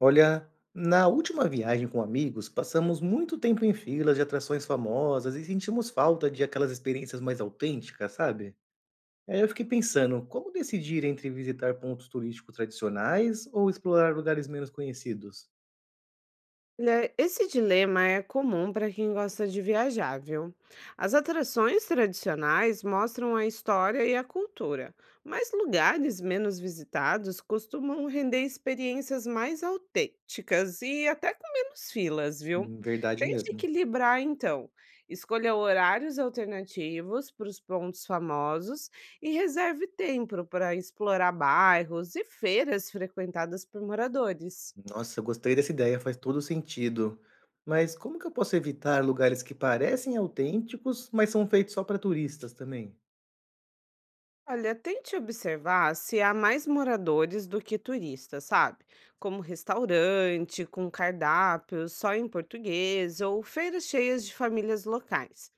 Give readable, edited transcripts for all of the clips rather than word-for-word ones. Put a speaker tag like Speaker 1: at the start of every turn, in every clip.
Speaker 1: Olha, na última viagem com amigos, passamos muito tempo em filas de atrações famosas e sentimos falta de aquelas experiências mais autênticas, sabe? Aí eu fiquei pensando, como decidir entre visitar pontos turísticos tradicionais ou explorar lugares menos conhecidos?
Speaker 2: Olha, esse dilema é comum para quem gosta de viajar, viu? As atrações tradicionais mostram a história e a cultura, mas lugares menos visitados costumam render experiências mais autênticas e até com menos filas, viu?
Speaker 1: Verdade
Speaker 2: Tente
Speaker 1: mesmo.
Speaker 2: equilibrar, então. Escolha horários alternativos para os pontos famosos e reserve tempo para explorar bairros e feiras frequentadas por moradores.
Speaker 1: Nossa, eu gostei dessa ideia, faz todo sentido. Mas como que eu posso evitar lugares que parecem autênticos, mas são feitos só para turistas também?
Speaker 2: Olha, tente observar se há mais moradores do que turistas, sabe? Como restaurante com cardápio só em português ou feiras cheias de famílias locais.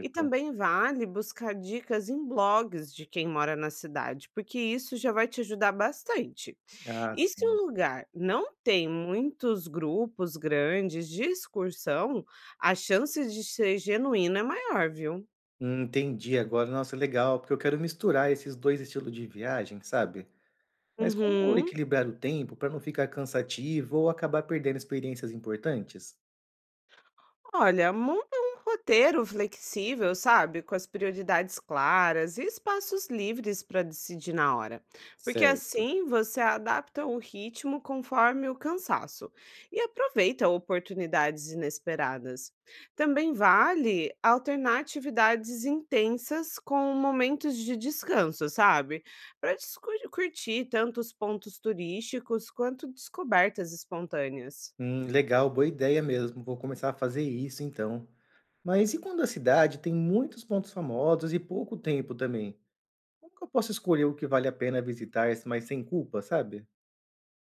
Speaker 2: E também vale buscar dicas em blogs de quem mora na cidade, porque isso já vai te ajudar bastante.
Speaker 1: Ah,
Speaker 2: E se
Speaker 1: sim.
Speaker 2: o lugar não tem muitos grupos grandes de excursão, a chance de ser genuíno é maior, viu?
Speaker 1: Entendi agora. Nossa, legal, porque eu quero misturar esses 2 estilos de viagem, sabe. Mas como
Speaker 2: Uhum.
Speaker 1: equilibrar o tempo para não ficar cansativo ou acabar perdendo experiências importantes?
Speaker 2: Olha, monta um roteiro flexível, sabe? Com as prioridades claras e espaços livres para decidir na hora. Porque
Speaker 1: Certo.
Speaker 2: assim você adapta o ritmo conforme o cansaço e aproveita oportunidades inesperadas. Também vale alternar atividades intensas com momentos de descanso, sabe? Para curtir tanto os pontos turísticos quanto descobertas espontâneas.
Speaker 1: Legal, boa ideia mesmo. Vou começar a fazer isso então. Mas e quando a cidade tem muitos pontos famosos e pouco tempo também? Como que eu posso escolher o que vale a pena visitar, mas sem culpa, sabe?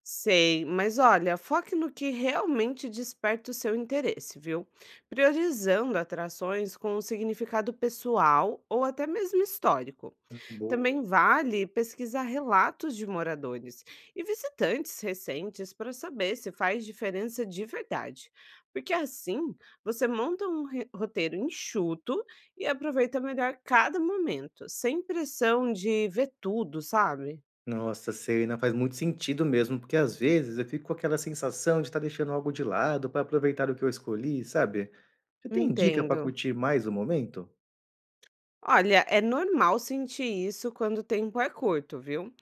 Speaker 2: Sei, mas olha, foque no que realmente desperta o seu interesse, viu? Priorizando atrações com um significado pessoal ou até mesmo histórico.
Speaker 1: Boa.
Speaker 2: Também vale pesquisar relatos de moradores e visitantes recentes para saber se faz diferença de verdade. Porque assim você monta um roteiro enxuto e aproveita melhor cada momento, sem pressão de ver tudo, sabe?
Speaker 1: Nossa, sei, né, faz muito sentido mesmo, porque às vezes eu fico com aquela sensação de estar deixando algo de lado para aproveitar o que eu escolhi, sabe. Você tem dica para
Speaker 2: Entendo.
Speaker 1: curtir mais o momento?
Speaker 2: Olha, é normal sentir isso quando o tempo é curto, viu?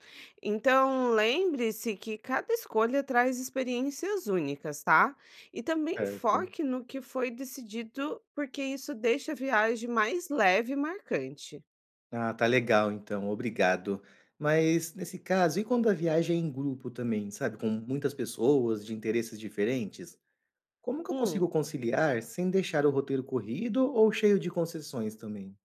Speaker 2: Então, lembre-se que cada escolha traz experiências únicas, tá? E também
Speaker 1: Certo.
Speaker 2: foque no que foi decidido, porque isso deixa a viagem mais leve e marcante.
Speaker 1: Ah, tá legal então, obrigado. Mas nesse caso, e quando a viagem é em grupo também, sabe, com muitas pessoas de interesses diferentes, como que eu consigo
Speaker 2: Hum.
Speaker 1: conciliar sem deixar o roteiro corrido ou cheio de concessões também?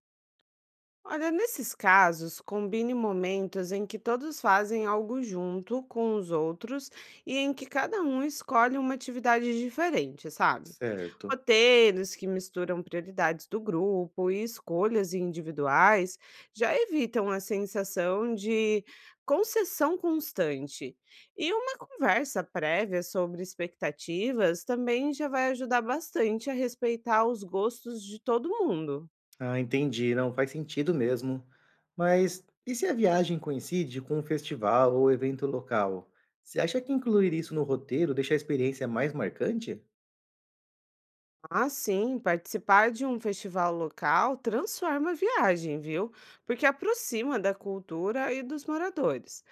Speaker 2: Olha, nesses casos, combine momentos em que todos fazem algo junto com os outros e em que cada um escolhe uma atividade diferente, sabe?
Speaker 1: Certo.
Speaker 2: Roteiros que misturam prioridades do grupo e escolhas individuais já evitam a sensação de concessão constante. E uma conversa prévia sobre expectativas também já vai ajudar bastante a respeitar os gostos de todo mundo.
Speaker 1: Ah, entendi. Não faz sentido mesmo. Mas e se a viagem coincide com um festival ou evento local? Você acha que incluir isso no roteiro deixa a experiência mais marcante?
Speaker 2: Ah, sim, participar de um festival local transforma a viagem, viu? Porque aproxima da cultura e dos moradores.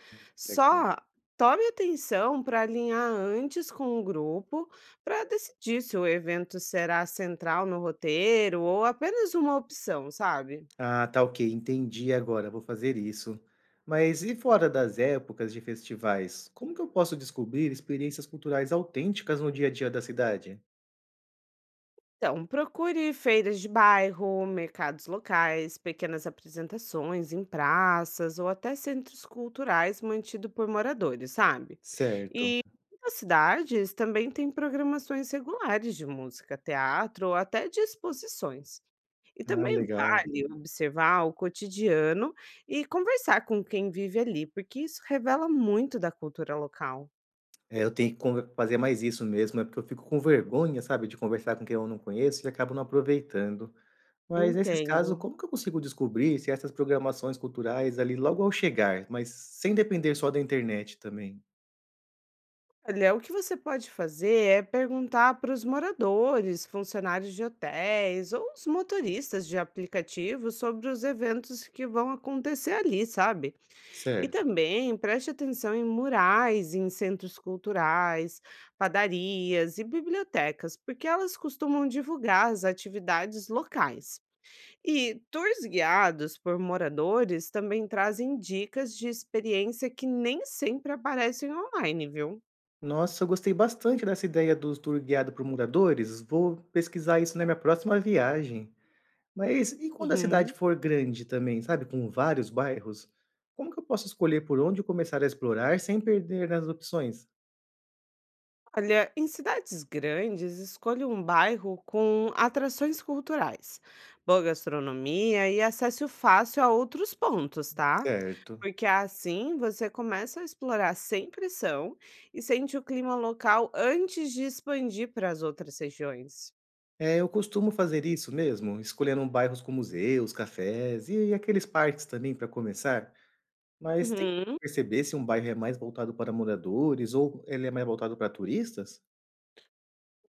Speaker 1: Quer que é.
Speaker 2: Só tome atenção para alinhar antes com o grupo para decidir se o evento será central no roteiro ou apenas uma opção, sabe?
Speaker 1: Ah, tá ok, entendi agora, vou fazer isso. Mas e fora das épocas de festivais, como que eu posso descobrir experiências culturais autênticas no dia a dia da cidade?
Speaker 2: Então, procure feiras de bairro, mercados locais, pequenas apresentações em praças ou até centros culturais mantidos por moradores, sabe?
Speaker 1: Certo.
Speaker 2: E muitas cidades também têm programações regulares de música, teatro ou até de exposições. E
Speaker 1: Ah,
Speaker 2: também
Speaker 1: legal.
Speaker 2: vale observar o cotidiano e conversar com quem vive ali, porque isso revela muito da cultura local.
Speaker 1: É, eu tenho que fazer mais isso mesmo, é porque eu fico com vergonha, sabe, de conversar com quem eu não conheço e acabo não aproveitando. Mas nesses
Speaker 2: Entendo.
Speaker 1: casos, como que eu consigo descobrir se essas programações culturais ali logo ao chegar, mas sem depender só da internet também?
Speaker 2: Olha, o que você pode fazer é perguntar para os moradores, funcionários de hotéis ou os motoristas de aplicativos sobre os eventos que vão acontecer ali, sabe? E
Speaker 1: Certo.
Speaker 2: também preste atenção em murais, em centros culturais, padarias e bibliotecas, porque elas costumam divulgar as atividades locais. E tours guiados por moradores também trazem dicas de experiência que nem sempre aparecem online, viu?
Speaker 1: Nossa, eu gostei bastante dessa ideia do tour guiado por moradores. Vou pesquisar isso na minha próxima viagem. Mas e quando a cidade
Speaker 2: Uhum.
Speaker 1: for grande também, sabe, com vários bairros? Como que eu posso escolher por onde começar a explorar sem perder nas opções?
Speaker 2: Olha, em cidades grandes, escolha um bairro com atrações culturais, boa gastronomia e acesso fácil a outros pontos, tá?
Speaker 1: Certo.
Speaker 2: Porque assim você começa a explorar sem pressão e sente o clima local antes de expandir para as outras regiões.
Speaker 1: É, eu costumo fazer isso mesmo, escolhendo bairros com museus, cafés e aqueles parques também para começar. Mas tem
Speaker 2: Uhum.
Speaker 1: como perceber se um bairro é mais voltado para moradores ou ele é mais voltado para turistas?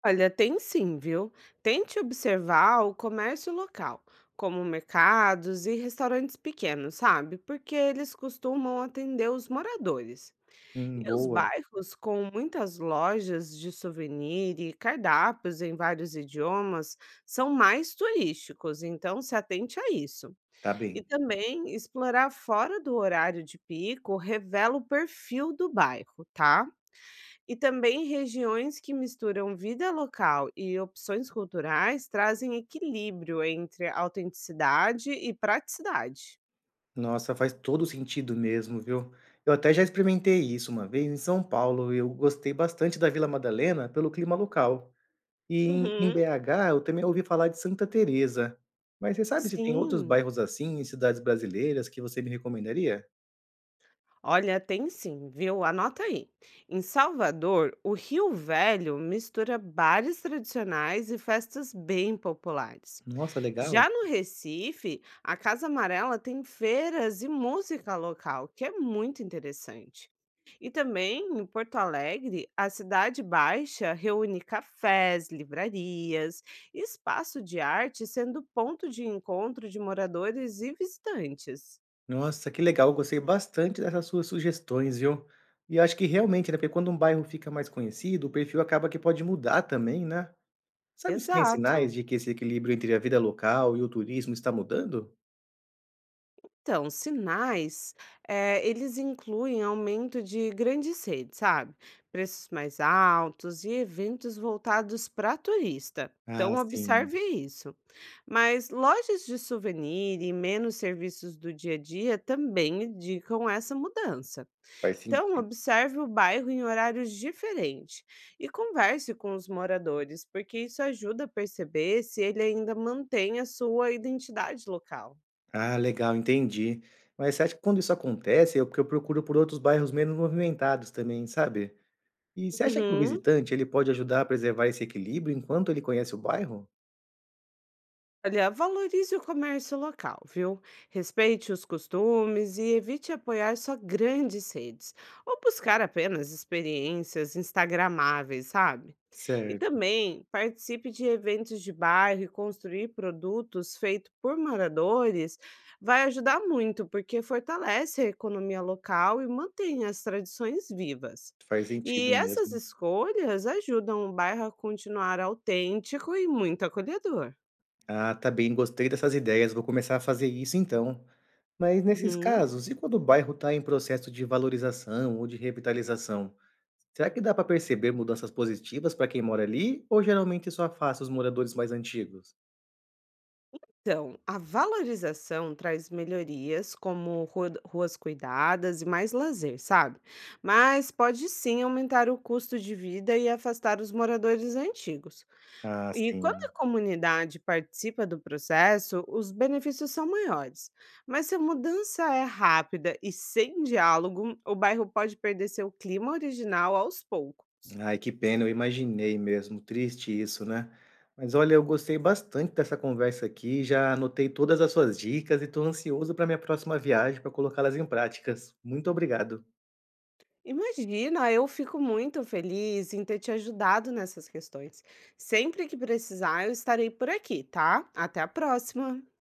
Speaker 2: Olha, tem sim, viu? Tente observar o comércio local, como mercados e restaurantes pequenos, sabe? Porque eles costumam atender os moradores. E os
Speaker 1: Boa,
Speaker 2: bairros com muitas lojas de souvenir e cardápios em vários idiomas são mais turísticos, então se atente a isso.
Speaker 1: tá
Speaker 2: E
Speaker 1: bem.
Speaker 2: também explorar fora do horário de pico revela o perfil do bairro, tá? E também regiões que misturam vida local e opções culturais trazem equilíbrio entre autenticidade e praticidade.
Speaker 1: Nossa, faz todo sentido mesmo, viu? Eu até já experimentei isso uma vez em São Paulo e eu gostei bastante da Vila Madalena pelo clima local. E em
Speaker 2: Uhum.
Speaker 1: BH eu também ouvi falar de Santa Teresa. Mas você sabe se tem outros
Speaker 2: Sim.
Speaker 1: bairros assim em cidades brasileiras que você me recomendaria?
Speaker 2: Olha, tem sim, viu? Anota aí. Em Salvador, o Rio Velho mistura bares tradicionais e festas bem populares.
Speaker 1: Nossa, legal.
Speaker 2: Já no Recife, a Casa Amarela tem feiras e música local, que é muito interessante. E também em Porto Alegre, a Cidade Baixa reúne cafés, livrarias, e espaço de arte sendo ponto de encontro de moradores e visitantes.
Speaker 1: Nossa, que legal, eu gostei bastante dessas suas sugestões, viu? E acho que realmente, né, porque quando um bairro fica mais conhecido, o perfil acaba que pode mudar também, né? Sabe se tem
Speaker 2: Exato.
Speaker 1: sinais de que esse equilíbrio entre a vida local e o turismo está mudando?
Speaker 2: Então, sinais, eles incluem aumento de grandes redes, sabe? Preços mais altos e eventos voltados para turista.
Speaker 1: Ah,
Speaker 2: Então,
Speaker 1: sim,
Speaker 2: observe isso. Mas lojas de souvenir e menos serviços do dia a dia também indicam essa mudança.
Speaker 1: faz
Speaker 2: Então,
Speaker 1: sentido.
Speaker 2: observe o bairro em horários diferentes e converse com os moradores, porque isso ajuda a perceber se ele ainda mantém a sua identidade local.
Speaker 1: Ah, legal, entendi. Mas você acha que quando isso acontece, é porque eu procuro por outros bairros menos movimentados também, sabe? E você acha que o
Speaker 2: Uhum.
Speaker 1: visitante, ele pode ajudar a preservar esse equilíbrio enquanto ele conhece o bairro?
Speaker 2: Olha, valorize o comércio local, viu? Respeite os costumes e evite apoiar só grandes redes ou buscar apenas experiências instagramáveis, sabe? E
Speaker 1: Certo,
Speaker 2: também participe de eventos de bairro e construir produtos feitos por moradores vai ajudar muito, porque fortalece a economia local e mantém as tradições vivas.
Speaker 1: faz
Speaker 2: E
Speaker 1: sentido
Speaker 2: essas
Speaker 1: mesmo.
Speaker 2: escolhas ajudam o bairro a continuar autêntico e muito acolhedor.
Speaker 1: Ah, tá bem, gostei dessas ideias, vou começar a fazer isso então. Mas nesses
Speaker 2: Uhum.
Speaker 1: casos, e quando o bairro está em processo de valorização ou de revitalização? Será que dá para perceber mudanças positivas para quem mora ali, ou geralmente é só afasta os moradores mais antigos?
Speaker 2: Então, a valorização traz melhorias como ruas cuidadas e mais lazer, sabe? Mas pode sim aumentar o custo de vida e afastar os moradores antigos.
Speaker 1: Ah,
Speaker 2: E quando
Speaker 1: sim.
Speaker 2: a comunidade participa do processo, os benefícios são maiores. Mas se a mudança é rápida e sem diálogo, o bairro pode perder seu clima original aos poucos.
Speaker 1: Ai, que pena, eu imaginei mesmo. Triste isso, né? Mas olha, eu gostei bastante dessa conversa aqui, já anotei todas as suas dicas e estou ansioso para minha próxima viagem para colocá-las em práticas. Muito obrigado.
Speaker 2: Imagina, eu fico muito feliz em ter te ajudado nessas questões. Sempre que precisar, eu estarei por aqui, tá? Até a próxima!